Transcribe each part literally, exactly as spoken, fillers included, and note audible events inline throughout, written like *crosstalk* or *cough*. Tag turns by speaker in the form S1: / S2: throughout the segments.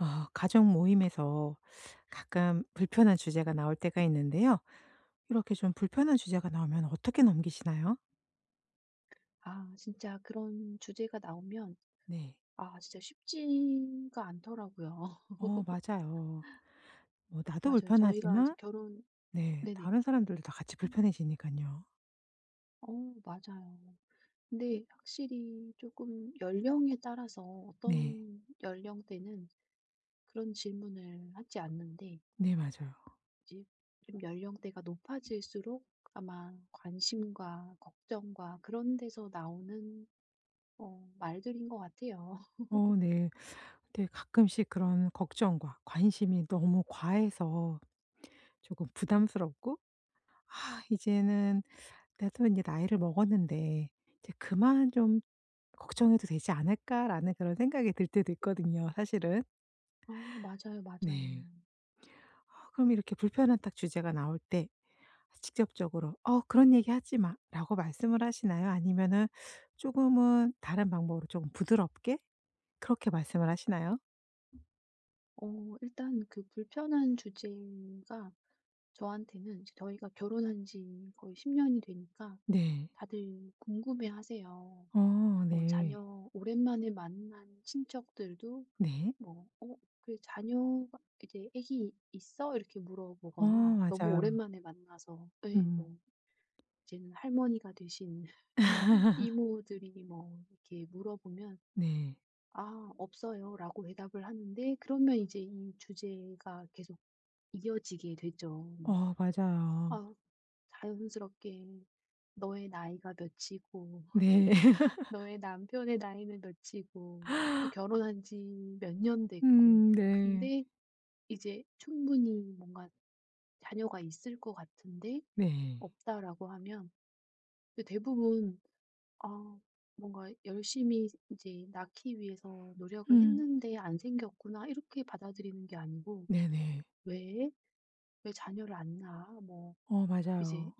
S1: 어, 가족 모임에서 가끔 불편한 주제가 나올 때가 있는데요. 이렇게 좀 불편한 주제가 나오면 어떻게 넘기시나요?
S2: 아 진짜 그런 주제가 나오면
S1: 네.
S2: 아 진짜 쉽지가 않더라고요.
S1: 어, 맞아요. 뭐,
S2: *laughs*
S1: 나도
S2: 맞아요. 저희가 이제
S1: 불편하지만,
S2: 결혼.
S1: 네.
S2: 네네.
S1: 다른 사람들도 다 같이 불편해지니까요.
S2: 어 맞아요. 근데 확실히 조금 연령에 따라서
S1: 네.
S2: 어떤 연령대는 그런 질문을 하지 않는데
S1: 네, 맞아요.
S2: 이제 좀 연령대가 높아질수록 아마 관심과 걱정과 그런 데서 나오는 어 말들인 것 같아요. *laughs*
S1: 어, 네. 근데 가끔씩 그런 걱정과 관심이 너무 과해서 조금 부담스럽고, 아, 이제는 나도 이제 나이를 먹었는데, 이제 그만 좀 '걱정해도 되지 않을까?'라는 그런 생각이 들 때도 있거든요 사실은.
S2: 아 맞아요, 맞아요.
S1: 네. 아 그럼 이렇게 불편한 딱 주제가 나올 때 직접적으로 "어 그런 얘기 하지 마." 라고 말씀을 하시나요? 아니면은 조금은 다른 방법으로 조금 부드럽게 그렇게 말씀을 하시나요?
S2: 어 일단 그 불편한 주제가 저한테는 이제 저희가 결혼한 지 거의 십 년이 되니까
S1: 네.
S2: 다들 궁금해하세요.
S1: 어
S2: 뭐
S1: 네.
S2: 자녀 오랜만에 만난 친척들도
S1: 네.
S2: 뭐 "어 그 자녀가 이제 애기 있어?" 이렇게
S1: 어
S2: 물어보거나, 너무
S1: 맞아요.
S2: 오랜만에 만나서 예
S1: 음.
S2: 뭐 이제는 할머니가 되신 *laughs*
S1: *laughs*
S2: 이모들이 뭐 이렇게 물어보면
S1: 네.
S2: "아 없어요."라고 대답을 하는데, 그러면 이제 이 주제가 계속 이어지게 되죠. 뭐
S1: 어 맞아요.
S2: 아 자연스럽게 너의 나이가 몇이고
S1: 네. *laughs*
S2: *laughs* 너의 남편의 나이는 몇이고, 또 결혼한 지 몇 년 됐고,
S1: 음 네.
S2: 근데 이제 충분히 뭔가 자녀가 있을 것 같은데
S1: 네.
S2: 없다라고 하면, 근데 대부분 아 뭔가 열심히 이제 낳기 위해서 노력을
S1: 음.
S2: 했는데 안 생겼구나 이렇게 받아들이는 게 아니고
S1: 네네.
S2: 왜? 왜 자녀를 안 낳아? 뭐
S1: 어
S2: 이제
S1: 맞아요.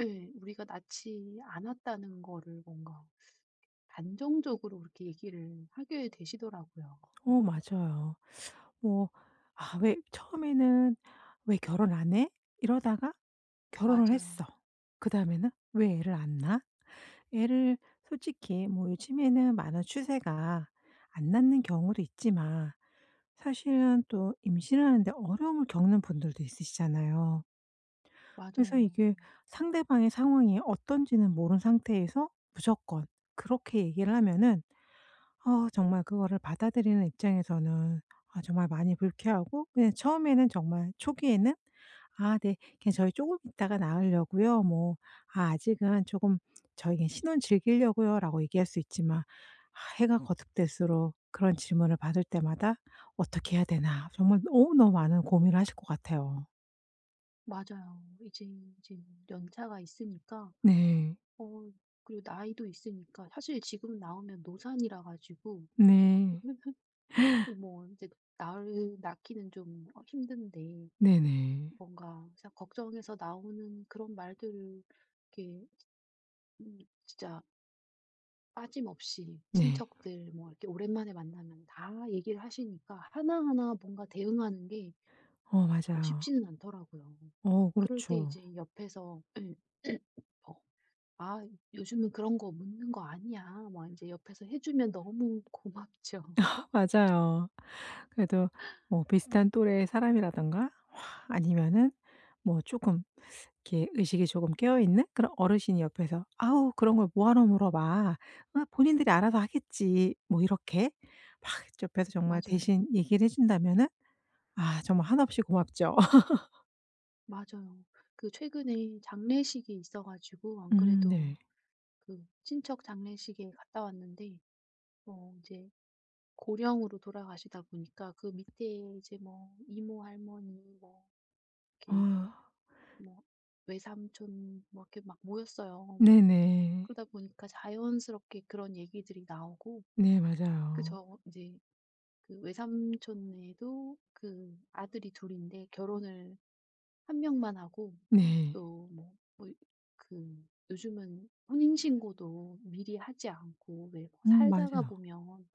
S2: 예, 우리가 낳지 않았다는 거를 뭔가 단정적으로 그렇게 얘기를 하게 되시더라고요.
S1: 어
S2: *laughs*
S1: 맞아요. 뭐, 아 왜 처음에는 '왜 결혼 안 해?' 이러다가 결혼을
S2: 맞아요.
S1: 했어. 그다음에는 '왜 애를 안 낳아?' 애를 솔직히 뭐 요즘에는 많은 추세가 안 낳는 경우도 있지만 사실은 또 임신하는데 어려움을 겪는 분들도 있으시잖아요. 그래서
S2: 맞아요.
S1: 이게 상대방의 상황이 어떤지는 모른 상태에서 무조건 그렇게 얘기를 하면은 어 정말 그거를 받아들이는 입장에서는 아 정말 많이 불쾌하고 그냥 처음에는 정말 초기에는 '아 네. 그냥 저희 조금 있다가 나으려고요.' 뭐 '아 아직은 조금 저희 그냥 신혼 즐기려고요.'라고 얘기할 수 있지만 아 해가 거듭될수록 그런 질문을 받을 때마다 '어떻게 해야 되나.' 정말 너무너무 많은 고민을 하실 것 같아요.
S2: 맞아요. 이제 이제 연차가 있으니까
S1: 네.
S2: 어 그리고 나이도 있으니까 사실 지금 나오면 노산이라 가지고
S1: 네.
S2: 뭐 이제낳 낳기는 좀 어 힘든데
S1: 네네.
S2: 뭔가 진짜 걱정해서 나오는 그런 말들을 이렇게 음 진짜 빠짐없이
S1: 네.
S2: 친척들 뭐 이렇게 오랜만에 만나면 다 얘기를 하시니까 하나하나 뭔가 대응하는 게
S1: 어
S2: 어
S1: 맞아요.
S2: 쉽지는 않더라고요.
S1: 어
S2: 그럴 때
S1: 그렇죠.
S2: 이제 옆에서 *clears throat* 어 "아 요즘은 그런 거 묻는 거 아니야." 막 이제 옆에서 해 주면 너무 고맙죠. *laughs*
S1: *laughs* 맞아요. 그래도 뭐 비슷한 또래의 사람이라든가 아니면은 뭐 조금 이렇게 의식이 조금 깨어 있는 그런 어르신이 옆에서 "아우 그런 걸 뭐하러 물어봐. 아 본인들이 알아서 하겠지." 뭐 이렇게 막 옆에서 정말
S2: 맞아요.
S1: 대신 얘기를 해 준다면은 아 정말 한없이 고맙죠. *laughs*
S2: 맞아요. 그 최근에 장례식이 있어 가지고 안
S1: 음
S2: 그래도
S1: 네.
S2: 그 친척 장례식에 갔다 왔는데 어이제 고령으로 돌아가시다 보니까 그 밑에 이제 뭐 이모, 할머니 뭐 이렇게
S1: 아
S2: 뭐 외삼촌 뭐 이렇게 막 모였어요.
S1: 네네.
S2: 그러다 보니까 자연스럽게 그런 얘기들이 나오고
S1: 네
S2: 그
S1: 맞아요.
S2: 저 이제 그 외삼촌네도 그 아들이 둘인데 결혼을 한 명만 하고,
S1: 네.
S2: 또 뭐 뭐 그 요즘은 혼인신고도 미리 하지 않고 왜뭐
S1: 음
S2: 살다가
S1: 맞아요.
S2: 보면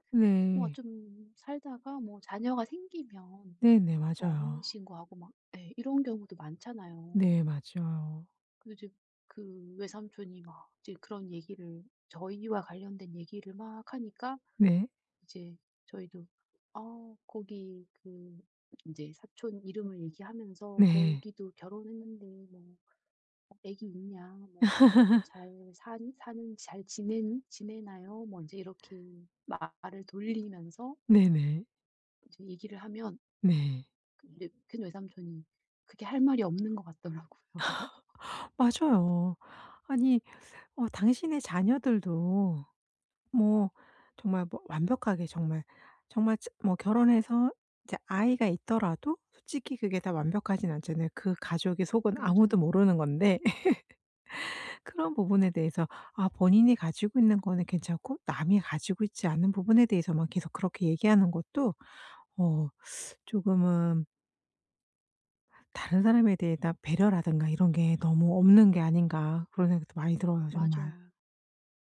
S2: 뭐
S1: 네.
S2: 좀 살다가 뭐 자녀가 생기면
S1: 네네.
S2: 어 혼인
S1: 맞아요.
S2: 신고하고 막 예 이런 경우도 많잖아요.
S1: 네 맞아요.
S2: 그래서 이제 그 외삼촌이 막 이제 그런 얘기를, 저희와 관련된 얘기를 막 하니까
S1: 네.
S2: 이제 저희도 "아 거기 그" 이제 사촌 이름을 얘기하면서
S1: 네.
S2: "거기도 결혼했는데 뭐 애기 있냐? 뭐 잘 사니? 사는 잘 지내니? 지내나요?" 뭐 인제 이렇게 말을 돌리면서
S1: 네네.
S2: 이제 얘기를 하면
S1: 네.
S2: 그 이제 큰 외삼촌이 그게 할 말이 없는 것 같더라고요.
S1: 맞아요. 아니, 어 당신의 자녀들도 뭐 정말 뭐 완벽하게 정말 정말 츠 뭐 결혼해서 이제 아이가 있더라도 솔직히 그게 다 완벽하진 않잖아요. 그 가족의 속은 아무도
S2: 맞아요.
S1: 모르는 건데 *laughs* 그런 부분에 대해서 아 본인이 가지고 있는 거는 괜찮고 남이 가지고 있지 않은 부분에 대해서만 계속 그렇게 얘기하는 것도 어 조금은 다른 사람에 대해 배려라든가 이런 게 너무 없는 게 아닌가 그런 생각도 많이 들어요 정말.
S2: 맞아요.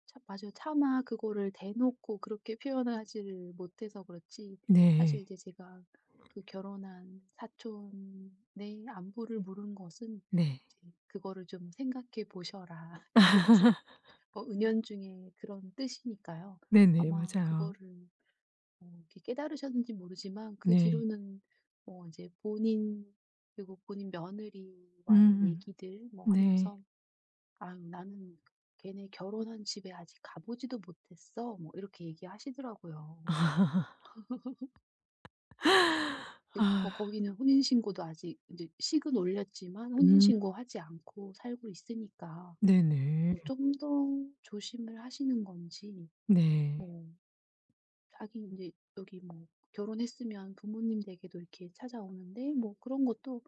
S2: 참 맞아요. 차마 그거를 대놓고 그렇게 표현을 하지를 못해서 그렇지,
S1: 네.
S2: 사실 이제 제가 그 결혼한 사촌의 안부를 물은 것은
S1: 네.
S2: 이제 "그거를 좀 생각해 보셔라." *laughs* 이제
S1: *laughs*
S2: 사실 어 은연중에 그런 뜻이니까요.
S1: 네네.
S2: 아마
S1: 맞아요.
S2: 그거를 어 이렇게 깨달으셨는지 모르지만, 그
S1: 네.
S2: 뒤로는 어, 이제 본인, 그리고 본인 며느리와의
S1: 음.
S2: 얘기들 뭐
S1: 네.
S2: 하면서 "아유 나는 걔네 결혼한 집에 아직 가 보지도 못했어." 뭐 이렇게 얘기하시더라고요.
S1: *laughs*
S2: 근데
S1: 아.
S2: 뭐 거기는 혼인 신고도 아직 이제 식은 올렸지만 혼인
S1: 음.
S2: 신고하지 않고 살고 있으니까
S1: 네네.
S2: 뭐 좀 더 조심을 하시는 건지
S1: 네.
S2: 뭐 자기 이제 여기 뭐 결혼했으면 부모님 댁에도 이렇게 찾아오는데 뭐 그런 것도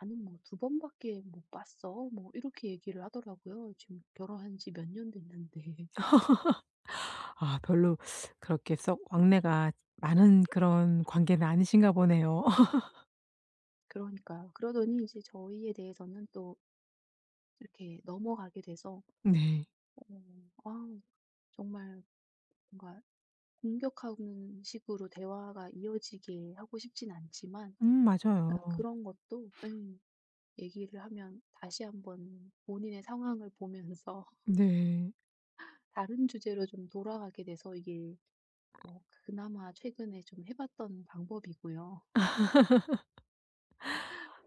S2: "나는 뭐 두 번밖에 못 봤어." 뭐 이렇게 얘기를 하더라고요. 지금 결혼한 지 몇 년 됐는데.
S1: 아 별로 그렇게 썩 왕래가 많은 그런 관계는 아니신가 보네요. *laughs*
S2: 그러니까요. 그러더니 이제 저희에 대해서는 또 이렇게 넘어가게 돼서
S1: 네.
S2: 어, 아 정말 뭔가 공격하는 식으로 대화가 이어지게 하고 싶진 않지만,
S1: 음 맞아요.
S2: 약간 그런 것도 음, 얘기를 하면 다시 한번 본인의 상황을 보면서 *laughs*
S1: 네.
S2: 다른 주제로 좀 돌아가게 돼서 이게 뭐 그나마 최근에 좀 해 봤던 방법이고요.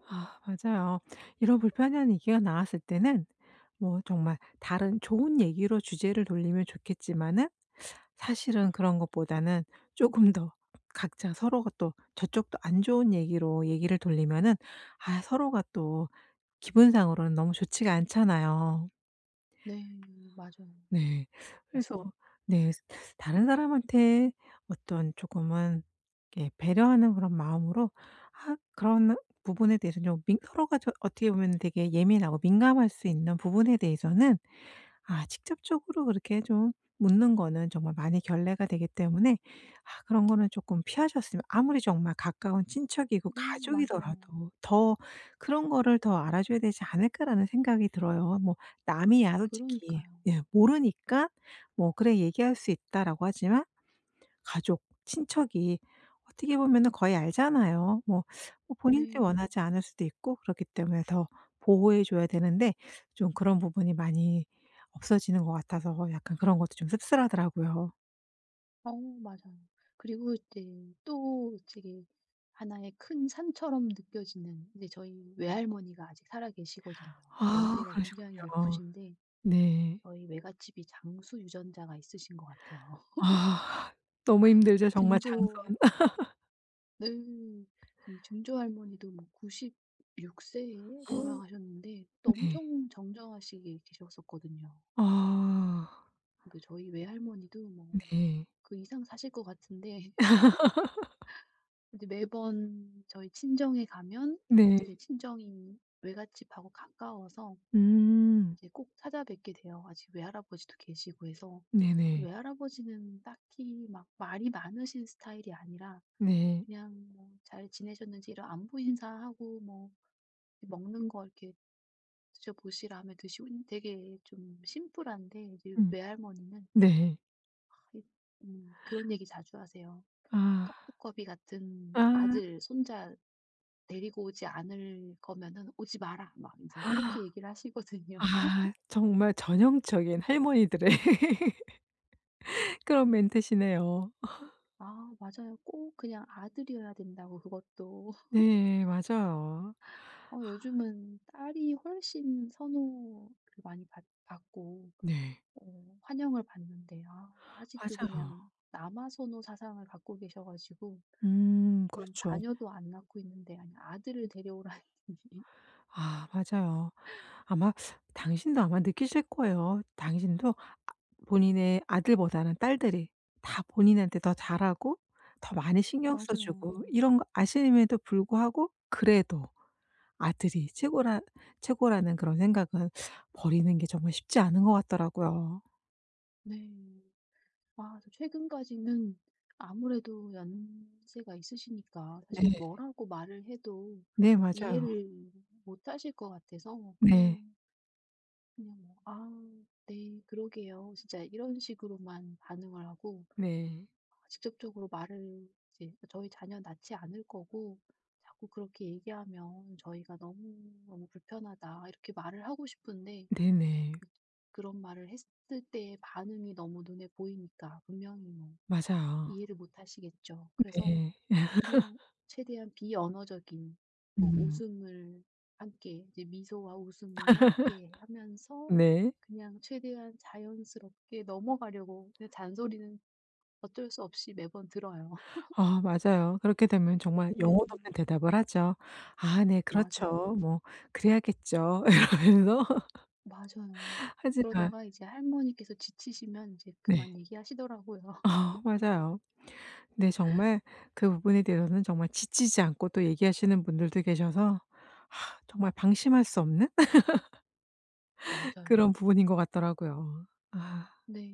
S1: 아 맞아요. 이런 불편한 얘기가 나왔을 때는 뭐 정말 다른 좋은 얘기로 주제를 돌리면 좋겠지만은 사실은 그런 것보다는 조금 더 각자 서로가 또 저쪽도 안 좋은 얘기로 얘기를 돌리면은 아 서로가 또 기분상으로는 너무 좋지가 않잖아요.
S2: 네. 맞아요.
S1: 네. 그래서
S2: 맞습니다.
S1: 네 다른 사람한테 어떤 조금은 이렇게 배려하는 그런 마음으로 아 그런 부분에 대해서 좀 민 서로가 저 어떻게 보면 되게 예민하고 민감할 수 있는 부분에 대해서는 아 직접적으로 그렇게 좀 묻는 거는 정말 많이 결례가 되기 때문에 아 그런 거는 조금 피하셨으면 아무리 정말 가까운 친척이고
S2: 네. 맞아요.
S1: 가족이더라도 더 그런 거를 더 알아줘야 되지 않을까라는 생각이 들어요. 뭐 남이야 솔직히
S2: 그러니까요.
S1: 예 모르니까 뭐 "그래 얘기할 수 있다."라고 하지만 가족, 친척이 어떻게 보면은 거의 알잖아요. 뭐 뭐 본인들이
S2: 네.
S1: 원하지 않을 수도 있고 그렇기 때문에 더 보호해 줘야 되는데 좀 그런 부분이 많이 없어지는 것 같아서 약간 그런 것도 좀 씁쓸하더라고요.
S2: 어 맞아요. 그리고 이제 또 되게 하나의 큰 산처럼 느껴지는 이제 저희 외할머니가 아직 살아계시거든요.
S1: 아,
S2: 연세가 굉장히
S1: 그러시군요.
S2: 높으신데
S1: 네.
S2: 저희 외갓집이 장수 유전자가 있으신 것 같아요. *laughs*
S1: 아 너무 힘들죠 정말
S2: 증조.
S1: 장
S2: 네. 음 증조 할머니도 뭐 구십육 세에
S1: 선
S2: 돌아가셨는데 또
S1: *laughs* 네.
S2: 엄청 정정하시게 계셨었거든요.
S1: 아
S2: 근데 저희 외할머니도 뭐
S1: 네.
S2: 그 이상 사실 것 같은데 이제 매번 저희 친정에 가면
S1: 네.
S2: 이제 친정이 외갓집하고 가까워서
S1: 음.
S2: 이제 꼭 찾아뵙게 돼요. 아직 외할아버지도 계시고 해서.
S1: 네네.
S2: 외할아버지는 딱히 막 말이 많으신 스타일이 아니라
S1: 네.
S2: 그냥 뭐 잘 지내셨는지 이런 안부 인사하고 뭐 먹는 거 이렇게 드셔보시라 하면 드시고 되게 좀 심플한데 이제
S1: 음.
S2: 외할머니는
S1: 네.
S2: 아, 이- 음, 그런 얘기 자주 하세요.
S1: 아.
S2: 떡두꺼비 같은 아들, 손자 데리고 오지 않을 거면은 "오지 마라." 막 인제
S1: 아.
S2: 이렇게 얘기를 하시거든요. *laughs*
S1: 아 정말 전형적인 할머니들의 *laughs* 그런 멘트시네요.
S2: 아 맞아요. 꼭 그냥 아들이어야 된다고 그것도.
S1: 네 맞아요.
S2: 어 요즘은 딸이 훨씬 선호를 많이 받 받고
S1: 네
S2: 어 환영을 받는데 아 아직도
S1: 맞아요.
S2: 그냥 남아선호 사상을 갖고 계셔 가지고
S1: 음
S2: 지금
S1: 그렇죠.
S2: 자녀도 안 낳고 있는데, 아니 아들을 데려오라니. *laughs*
S1: 아 맞아요. 아마 당신도 아마 느끼실 거예요. 당신도 본인의 아들보다는 딸들이 다 본인한테 더 잘하고 더 많이 신경 써
S2: 맞아요.
S1: 주고 이런 거 아심에도 불구하고 그래도 아들이 최고라 최고라는 그런 생각은 버리는 게 정말 쉽지 않은 것 같더라고요.
S2: 네. 아 저 최근까지는 아무래도 연세가 있으시니까
S1: 네.
S2: 사실 뭐라고 말을 해도
S1: 네 맞아요.
S2: 이해를 못 하실 것 같아서
S1: 네.
S2: 그냥 그냥 뭐 "아 네 그러게요." 진짜 이런 식으로만 반응을 하고,
S1: 네.
S2: 직접적으로 말을 이제 저희 자녀 낳지 않을 거고, 자꾸 그렇게 얘기하면 "저희가 너무너무 불편하다." 이렇게 말을 하고 싶은데
S1: 네네.
S2: 그런 말을 했을 때의 반응이 너무 눈에 보이니까 분명히 뭐
S1: 맞아요.
S2: 이해를 못 하시겠죠. 그래서
S1: 네.
S2: 그냥 최대한 비언어적인 뭐
S1: 음.
S2: 웃음을 함께 이제 미소와 웃음을 함께 하면서
S1: 네.
S2: 그냥 최대한 자연스럽게 넘어가려고, 그냥 잔소리는 어쩔 수 없이 매번 들어요.
S1: 아 맞아요. 그렇게 되면 정말
S2: *laughs* 네.
S1: 영혼 없는 대답을 하죠. "아 네. 그렇죠.
S2: 맞아요.
S1: 뭐 그래야겠죠." *laughs* 이러면서
S2: 맞아요.
S1: 하지만
S2: 그러다가 이제 할머니께서 지치시면 이제
S1: 네.
S2: 그만 얘기하시더라고요. *laughs*
S1: 아 맞아요. 네 정말 그 부분에 대해서는 정말 지치지 않고 또 얘기하시는 분들도 계셔서 아 정말 방심할 수 없는 *laughs*
S2: 맞아요.
S1: 그런 부분인 것 같더라고요. 아
S2: 네.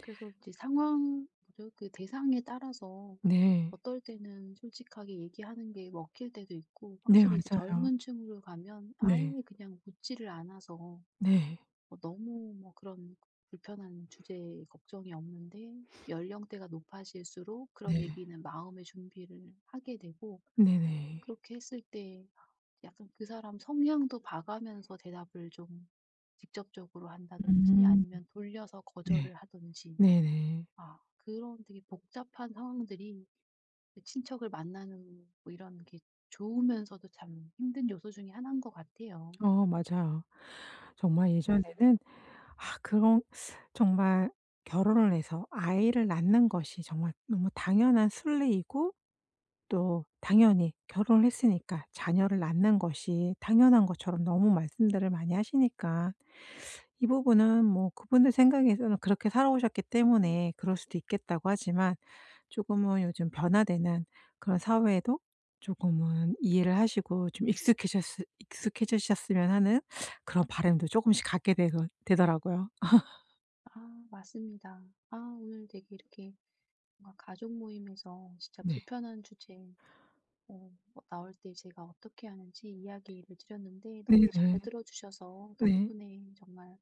S2: 그래서 이제 상황 뭐죠? 그 대상에 따라서
S1: 네.
S2: 어떨 때는 솔직하게 얘기하는 게 먹힐 때도 있고,
S1: 네
S2: 확실히 이제
S1: 맞아요.
S2: 젊은 층으로 가면 아예
S1: 네.
S2: 그냥 묻지를 않아서 뭐
S1: 네.
S2: 너무 뭐 그런 불편한 주제에 걱정이 없는데 연령대가 높아질수록 그런
S1: 네.
S2: 얘기는 마음의 준비를 하게 되고,
S1: 네네.
S2: 그렇게 했을 때 약간 그 사람 성향도 봐가면서 대답을 좀 직접적으로 한다든지
S1: 음.
S2: 아니면 돌려서
S1: 네.
S2: 거절을 하든지,
S1: 네네.
S2: 아 그런 되게 복잡한 상황들이 친척을 만나는 뭐 이런 게 좋으면서도 참 힘든 요소 중에 하나인 것 같아요.
S1: 어 맞아요. 정말
S2: 네.
S1: 예전에는 아 그런 정말 결혼을 해서 아이를 낳는 것이 정말 너무 당연한 순리이고 또 당연히 결혼을 했으니까 자녀를 낳는 것이 당연한 것처럼 너무 말씀들을 많이 하시니까 이 부분은 뭐 그분들 생각에서는 그렇게 살아오셨기 때문에 그럴 수도 있겠다고 하지만 조금은 요즘 변화되는 그런 사회에도 조금은 이해를 하시고 좀 익숙해졌으 익숙해지셨으면 하는 그런 바람도 조금씩 갖게 되 되더라고요.
S2: 아 맞습니다. 아 오늘 되게 이렇게 뭔가 가족 모임에서 진짜
S1: 네.
S2: 불편한 주제 어 뭐 나올 때 제가 어떻게 하는지 이야기를 드렸는데 너무
S1: 네네.
S2: 잘 들어주셔서
S1: 네.
S2: 덕분에 정말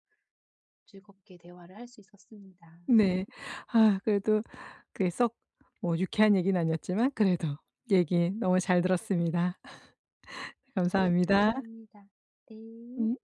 S2: 즐겁게 대화를 할 수 있었습니다.
S1: 네. 아 그래도 그게 썩뭐 유쾌한 얘기는 아니었지만 그래도 얘기 너무 잘 들었습니다. *laughs*
S2: 네
S1: 감사합니다.
S2: 감사합니다. 네.
S1: 음.